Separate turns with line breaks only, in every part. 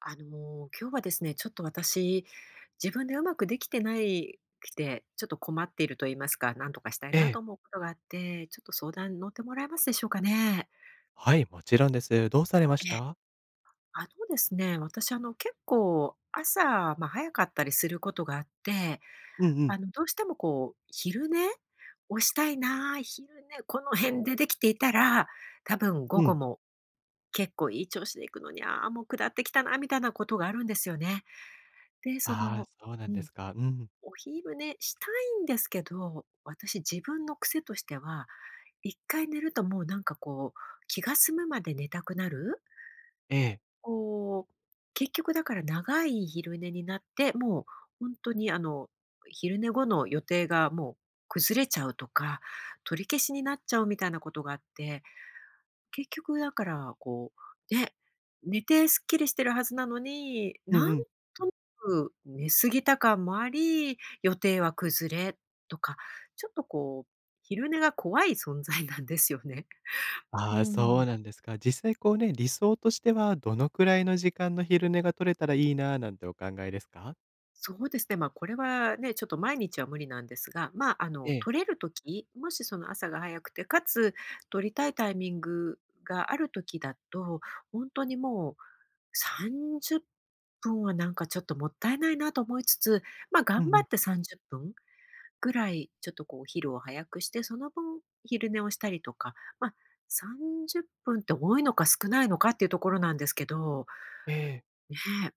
今日はですね、ちょっと私、自分でうまくできてないくて、ちょっと困っていると言いますか、なんとかしたい
え
なと
え。
思うことがあって、ちょっと相談に乗ってもらえますでしょうかね？
はい、もちろんです。どうされまし
ええ、
た？
あのですね、私、結構朝、まあ、早かったりすることがあって、
うんうん。
どうしてもこう、昼寝をしたいなあ、昼寝この辺でできていたら、多分午
う
後
ん。
も結構いい調子でいくのに、ああ、もう下ってきたなみたいなことがあるんですよね。で、
ああ、そうな
う
んで
ん。
すか。うん。
お昼寝したいんですけど、私自分の癖としては、一回寝るともうなんかこう、気が済むまで寝たくなる。
ええ。
こう、結局だから長い昼寝になって、もう本当に昼寝後の予定がもう崩れちゃうとか、取り消しになっちゃうみたいなことがあって、結局だから、こう、ね、寝てすっきりしてるはずなのに、
うん
な
う
ん
ん。
となく寝過ぎた感もあり、予定は崩れとか、ちょっとこう、昼寝が怖い存在なんですよね。う
ああ、そ
ん。
うなんですか。実際こうね、理想としてはどのくらいの時間の昼寝が取れたらいいななんてお考えですか？
そうですね、まあ、これはね、ちょっと毎日は無理なんですが、まあ、
ええ。
取れる時、もしその朝が早くて、かつ取りたいタイミングがあるときだと、本当にもう30分はなんかちょっともったいないなと思いつつ、ま、頑
うん
張
うん。
って30分ぐらいちょっとこうお昼を早くして、その分昼寝をしたりとか、ま、30分っぷんって多いのか少ないのかっていうところなんですけど、
ええ。
ねえ、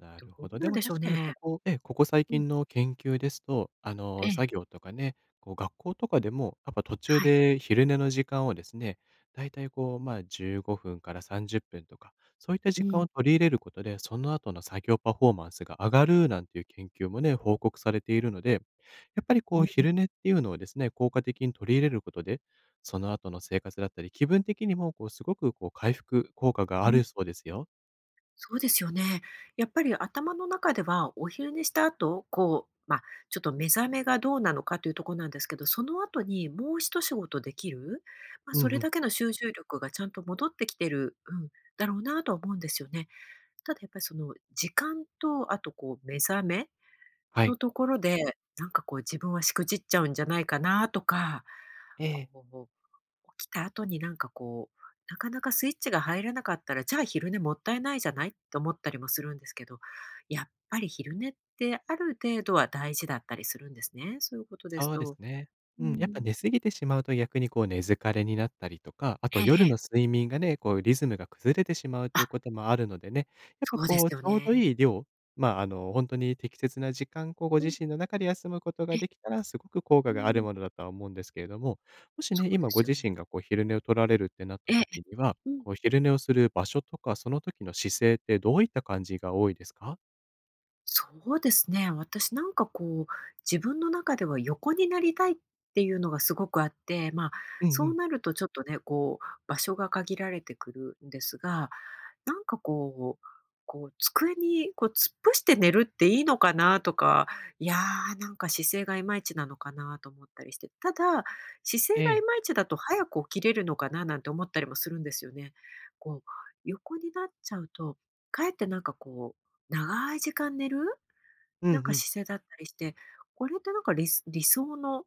な
どう
るほど。で
なん
も
でしょう
確かにこ
ね。
こええ、ここ最
うん、
近の研究ですと、
ええ、
作業とかね、こう学校とかでも、やっぱ途中
はい。
で昼寝の時間をですね、だいたいこう、15分から30分とか、そういった
う
時間
ん、
を取り入れることで、その後の作業パフォーマンスが上がるなんていう研究もね、報告されているので、やっぱり
うん、
こう
うん。
昼寝っていうのをですね、効果的に取り入れることで、その後の生活だったり、気分的にもこうすごくこう回復効果があるそうですよ。
そうですよね。やっぱり頭の中ではお昼寝した後、こう、まあ、ちょっと目覚めがどうなのかというところなんですけど、その後にもう一仕事できる、まあ、
う
そ
ん
れ
うん。
だけの集中力がちゃんと戻ってきてる、うん、だろうなとは思うんですよね。ただやっぱりその時間と、あとこう目覚め
は
の
い。
ところで、なんかこう自分はしくじっちゃうんじゃないかなとか、
え
こ
え。
う起きた後になんかこう、なかなかスイッチが入らなかったら、じゃあ昼寝もったいないじゃないって思ったりもするんですけど、やっぱり昼寝ってある程度は大事だったりするんですね。そういうことです
そうです
と。
ね。
うー
うん、やっぱ
ん。
寝すぎてしまうと逆にこう寝疲れになったりとか、あ
え
と
え
夜
え
の
え。
睡眠がね、こうリズムが崩れてしまうとい
あ、
うこともあるのでね、やっぱ
そうで
こ
す
うち
よ
ょう
ね。
どいい量、
うん
本当に適切な時間、こうご自身の中で休むことができ
え
たら、すごく効
う
果がある
ん。
ものだとは思うんですけれども、もし
そ
ね、
うで
今ご
すよ
自
ね。
身がこう昼寝を取られるってなっ
え
た
え。
時には、
うん。
こう昼寝をする場所とか、その時の姿勢ってどういった感じが多いですか？
そうですね。私なんかこう、自分の中では横になりたいっていうのがすごくあって、まあ、
うんう
そう
ん。
なるとちょっとね、こう、場所が限られてくるんですが、なんかこう机にこう突っ伏して寝るっていいのかなとか、いやーなんか姿勢がいまいちなのかなと思ったりして、ただ姿勢
え
がい
え。
まいちだと早く起きれるのかななんて思ったりもするんですよね。こう横になっちゃうと、かえってなんかこう長い時間寝る
うんう
なんか
ん。
姿勢だったりして、これってなんか理想の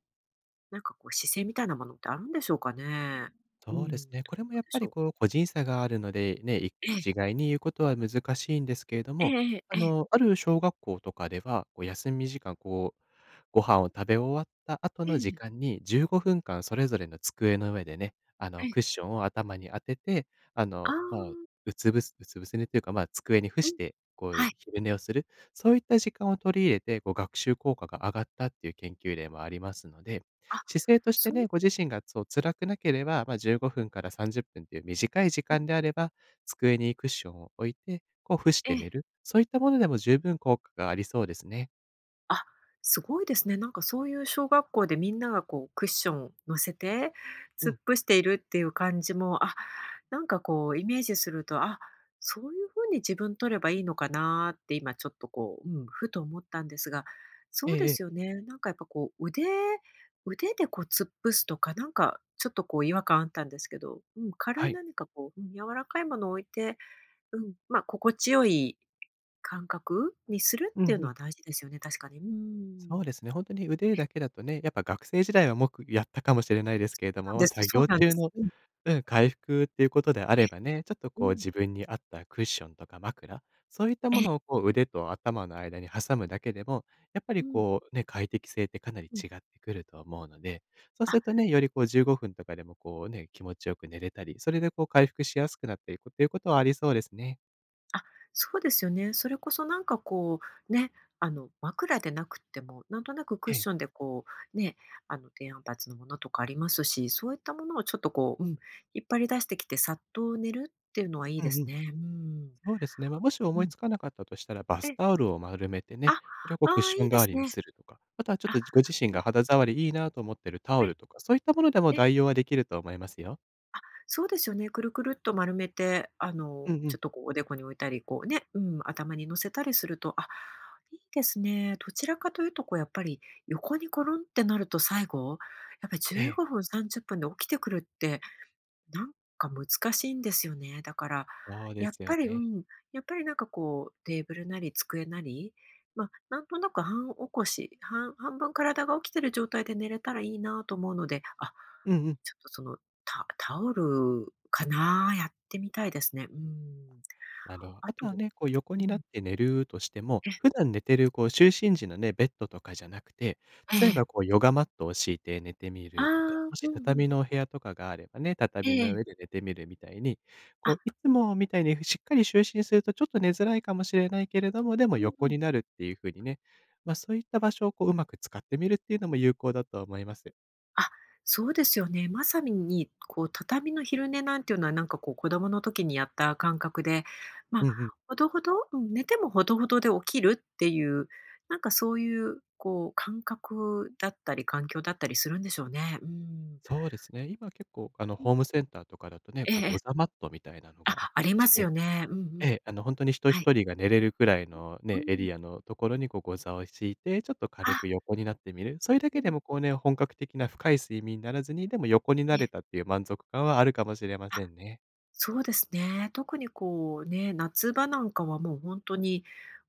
なんかこう姿勢みたいなものってあるんでしょうかね？うー
そうで
ん、
すね。
ど
こ
う
れも
な
や
ん
っ
で
ぱ
し
り
ょう。
こう、個人差があるので、ね、い
ええ、
一概に言うことは難しいんですけれど
ええ
も、
ええええ、
ある小学校とかでは、こう休み時間、こう、ご飯を食べ終わった後
え
の時
え
間に15分間それぞれの机の上でね、
ええ、
クッションを頭に当てて、あ
あ
の、
あ、
まあ、うつぶせ寝というか、机に伏
う
し
ん、
て、こ
は
う
い、
昼寝をする、そういった時間を取り入れて、こう学習効果が上がったっていう研究例もありますので、
あ、
姿勢として
そう、
ね、ご自身がそう辛くなければ、15分から30分っぷんという短い時
うん、
間であれば、机にクッションを置いて、こう伏し
え
て寝
え。
る、そういったものでも十分効果がありそうですね。
あ、すごいですね。なんかそういう小学校でみんながこうクッションを乗せて、
う
突っ
ん。
伏しているっていう感じも、あ、なんかこうイメージすると、あ、そういう風に自分取ればいいのかなって今ちょっとこう、うん、ふと思ったんですが、
え
そうで
ええ
す
え。
よね。なんかやっぱこう腕でこう突っ伏すとか、なんかちょっとこう違和感あったんですけど、うん、軽
は
い
い。
何かこう、うん、柔らかいものを置いて、うん、ま、心地よい感覚にするっ
うん
ていう
う
のは
ん。
大事ですよね、確かに。うーん。
そうですね、本当に腕
え、
だけだとね、やっぱ学生時代はもくやったかもしれないですけれど
な
も、
んです。
作
そう
業
なんで
中
す。
の
うん。
うん、回復っていうことであ
え、
ればね、ちょっと
う
こう
ん。
自分に合ったクッションとか枕、そういったも
え、
のをこう腕と頭の間に挟むだけでも、やっぱ
う
り
ん、
こうね、快適性ってかなり
うん。
違ってくると思うので、そうす
あ、
るとね、よりこう15分とかでもこうね、気持ちよく寝れたり、それでこう回復しやすくなっていくっていうことはありそ
う
う
ん。
ですね。
あ、そうですよね。それこそなんかこう、ね、枕でなくっても、なんとなくクッ
ええ。
ションでこう、ね、低反発のものとかありますし、そういったものをちょっとこう、うん、引っ張り出してきてさっと寝るっていうのはいい
う
で
ん
す
うん。
ね。うーん。
そうですね。もし
う
思い
ん。
つかなかったとしたら、バス
え、
タオルを丸めて
あ、
ね、
あ
それをこうクッ
あ、
ショ
いい
ン
で
代わ
す
りに
ね。
するとか、あとはちょっ
あ、
とご自身
う
が
ん、
肌触りいいなと思ってるタオ
え、え。
ルとか、そういったものでも代用はできると思いますよ。
そうですよね。くるくるっと丸めて、
うんう
ちょ
ん。
っとこうおでこに置いたり、こうね、うん、頭に乗せたりすると、あ、いいですね。どちらかというと、こうやっぱり横にコロンってなると最後、やっぱり
え
15
え、
分、30分で起きてくるってなんか難しいんですよね。だから、
そうで
やっ
す
ぱ
よ
り、う
ね。
ん、やっぱりなんかこう、テーブルなり机なり、まあ、なんとなく半起こし、半分体が起きてる状態で寝れたらいいなと思うので、あ、
うんうん。
ちょっとタオルかな、やってみたいですね。うん。
なるほど。
あ
あとは
と
ね、こう横
う
になっ
ん、
て寝るとしても、
え、
普段寝てるこう就寝時のね、ベッドとかじゃなくて、
ええ
例え
え
ば
え。
こうヨガマットを敷いて寝てみ
ああ、
るとか、
うん
もし
うん。
畳のお部屋とかがあればね、
え
畳の
え。
上で寝てみるみたいに、こ
あ、
ういつ
うん、
もみたいにしっかり就寝するとちょっと寝づらいかもしれないけれども、でも
うんう
横
ん。
になるっていう風にね、そういった場所をこううまく使ってみるっていうのも有効だと思います。
あ、そうですよね。まさに、こう、畳の昼寝なんていうのは、なんか、こう、子供の時にやった感覚で、まあ、
うんうん。
ほどほどうん、寝てもほどほどで起きるっていう、なんか、そういう、こう、感覚だったり環境だったりするんでしょうね。うん。
そうですね。今結構
うん。
ホームセンターとかだとね、
ええ
こう
え
ゴ
え。
ザマットみたいなの
あ、
があっ
あ
た
り
り
ま
し
すよ
て
ね。うんうん。
本当に人
はい。
一人が寝れるくらいの
う
ね、エ
ん。
リアのところにこうご座を敷いて、ちょっと
あ、
軽く横になってみる。それだ
う
けで
ん。
もこうね、本格的な深い睡眠にならずに、でも横に
え
な
え。
れたっていう満足感はあるかもしれま
あ、
せんね。
そうですね。特にこうね、夏場なんかはもう本当に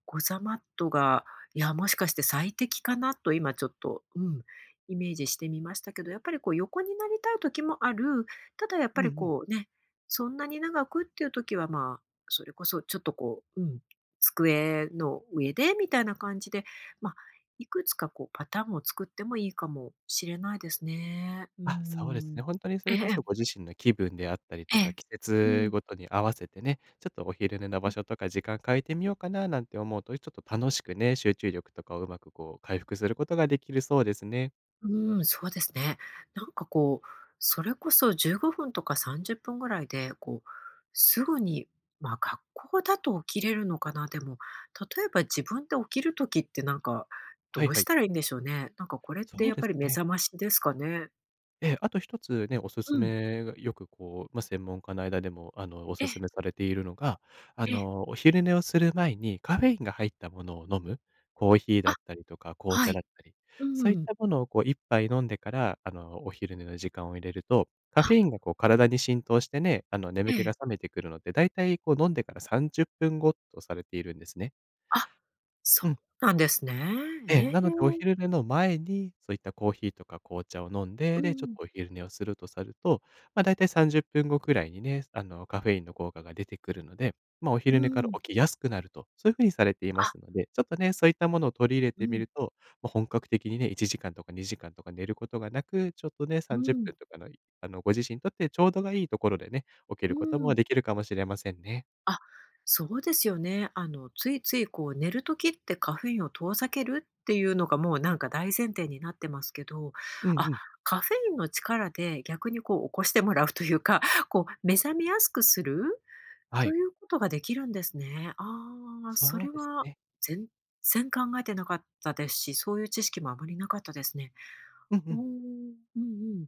ゴザマットが、いや、もしかして最適かなと今ちょっと、うん、イメージしてみましたけど、やっぱりこう横になりたい時もある、ただやっ
う
ぱ
んう
り
ん。
こうね、そんなに長くっていう時は、まあ、それこそちょっとこう、うん、机の上でみたいな感じで、まあ、いくつかこうパターンを作ってもいいかもしれないですね。う
あ、そうですね。
ん。
本当にそ
え
れ
ええ
こそご
え。
自身の気分であったりとか、季節ごとに合わせてね、ちょっとお昼寝の
う
場
ん。
所とか時間変えてみようかななんて思うと、ちょっと楽しくね、集中力とかをうまくこう回復することができるそうですね。
うーん、そうですね。なんかこう、それこそ15分とか30分ぐらいで、こう、すぐに、まあ、学校だと起きれるのかな、でも、例えば自分で起きるときってなんか、ど
はい
う
は
し
い。
たらいいんでしょうね。なんかこれって
そう
やっ
で
ぱ
す
り目
ね。
覚ましですかね。
ええ、あと一つね、おす
う
す
ん。
めがよくこう、専門家の間でも、お
え
す
え、
すめされているのが、
ええ。
お昼寝をする前にカフェインが入ったものを飲む、コーヒー
あ、
だったりとか紅
は
茶だ
い。
ったり、
う
そういっ
ん。
たものをこう1杯飲んでから、お昼寝の時間を入れると、カフ
あ、
ェインがこう体に浸透してね、
え
眠気
え。
が覚めてくるので、だいたいこう飲んでから30分後とされているんですね。
あ、そ
うん。
うなんですね。
え
え
え、
え。
なのでお昼寝の前に、そういったコーヒーとか紅茶を飲ん
う
で、で、ちょっ
ん、
とお昼寝をすると、だいたい30分後くらいにね、カフェインの効果が出てくるので、お
う
昼寝から
ん。
起きやすくなると、そういうふうにされていま
あ、
すので、ちょっとね、そういったものを取り入れ
う
てみ
ん、
ると、本格的にね、1時間とか2時間とか寝ることがなく、ちょっとね、
う
30
ん、
分とかの、ご自身にとってちょうどがいいところでね、起き
う
ることも
ん。
できるかもしれませんね。
あ、そうですよね。ついついこう寝るときってカフェインを遠ざけるっていうのがもうなんか大前提になってますけど、
うん
あ、
うん。
カフェインの力で逆にこう起こしてもらうというか、こう目覚めやすくする
は
と
い。
いうことができるんですね。ああ、そ
そう
れ
です
は
ね。
全然考えてなかったですし、そういう知識もあまりなかったですね。
うんう
おー
ん。
うんうん。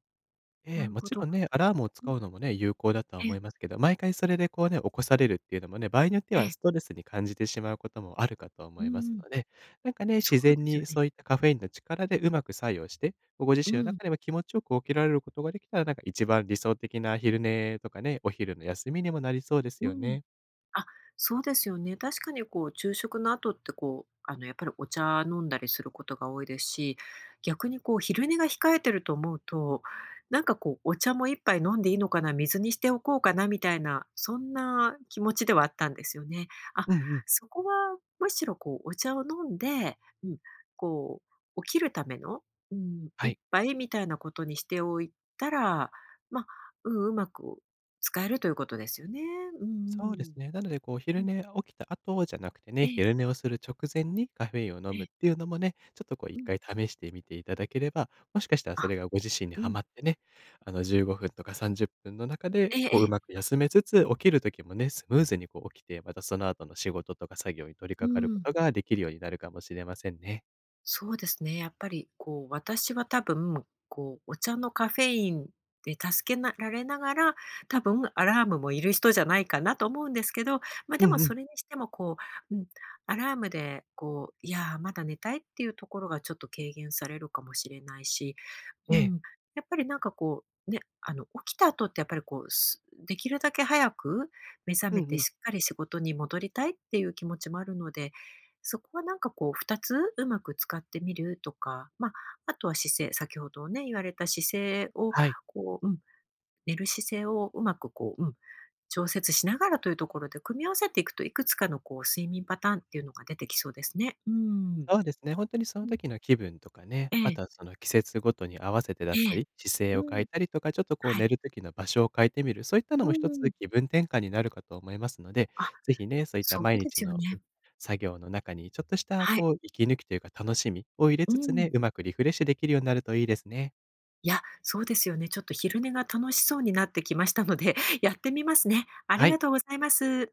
え
な
え、
る
も
ほ
ち
ど。
ろんね、アラームを
うん、
使うのもね、有効だとは
え
思い
え
ますけど、毎回それでこうね、起こされるっていうのもね、場合によって
え
は
え。
ストレスに感じてしまうこともあるかと
う
思いま
んう
す
ん。
ので、なんかね、
そ
自
う
然
ですよ
に
ね。
そういったカフェインの力でうまく作用して、ご自
う
身の
ん、
中でも気持ちよく起きられることができたら、なんか一番理想的な昼寝とかね、お昼の休みにもなりそうです
う
よ
ん。
ね。
あ、そうですよね。確かにこう昼食の後ってこう、やっぱりお茶飲んだりすることが多いですし、逆にこう昼寝が控えてると思うと、なんかこうお茶も一杯飲んでいいのかな、水にしておこうかなみたいな、そんな気持ちではあったんですよね。あ、
うんうん。
そこはむしろこうお茶を飲んで、うん、こう起きるための、うん、
は
一
い。
杯みたいなことにしておいたら、まあ、うん、うまく使えるということですよね。うんう
そうです
ん。
ね。なので、こう、
う
昼
ん。
寝起きた後じゃなくて
え
ね、
え、
昼寝をする直前にカフェインを飲
え
む
え、
っていうのもね、ちょっとこう1
うん。
回試してみていただければ、もしかしたら
あ、
それがご自身に
う
は
ん。
まってね、15分とか30分の中
え
で、
ええ
こう、う
え、
まく休めつつ、起きる時もね、スムーズにこう起きて、またその後の仕事とか作業に取り
う
掛かるこ
ん。
とができるようになるかもしれませんね。
そうですね、やっぱりこう、私は多分、こう、お茶のカフェインで助けなられながら、多分アラームもいる人じゃないかなと思うんですけど、ま、で
う
も
んうん。
それにしてもこう、うん、アラームでこう、いや、まだ寝たいっていうところがちょっと軽減されるかもしれないし
え
うん、
え。
やっぱりなんかこう、ね、起きた後ってやっぱりこう、できるだけ早く目覚
う
め
ん
て
うん。
しっかり仕事に戻りたいっていう気持ちもあるので、そこはなんかこう2つうまく使ってみるとか、まあ、あとは姿勢、先ほどね、言われた姿勢を
はい。
こう、うん、寝る姿勢をうまくこう、うん、調節しながらというところで組み合わせていくと、いくつかのこう睡眠パターンっていうのが出てきそうですね。うん。
そうですね、本当にそ
う
の
ん。
時の気分とかね、
え
あ
え、
とはその季節ごとに合わせてだっ
え
た
え。
り、姿勢
う
を変
ん、
えたりとか、ちょっとこう
はい。
寝る時の場所を変えてみる、そういったの
う
も一つ
ん。
気分転換になるかと思いますので、
あ、
ぜひね、そういった
そう
毎
で
日
すよ
の、
ね。
作業の中にちょっとした
はい。
こう息抜きというか楽しみを入れ
う
つつ
ん。
ね、うまくリフレッシュできるようになるといいですね。
いや、そうですよね。ちょっと昼寝が楽しそうになってきましたので、やってみますね。あり
は
が
い。
とうございます。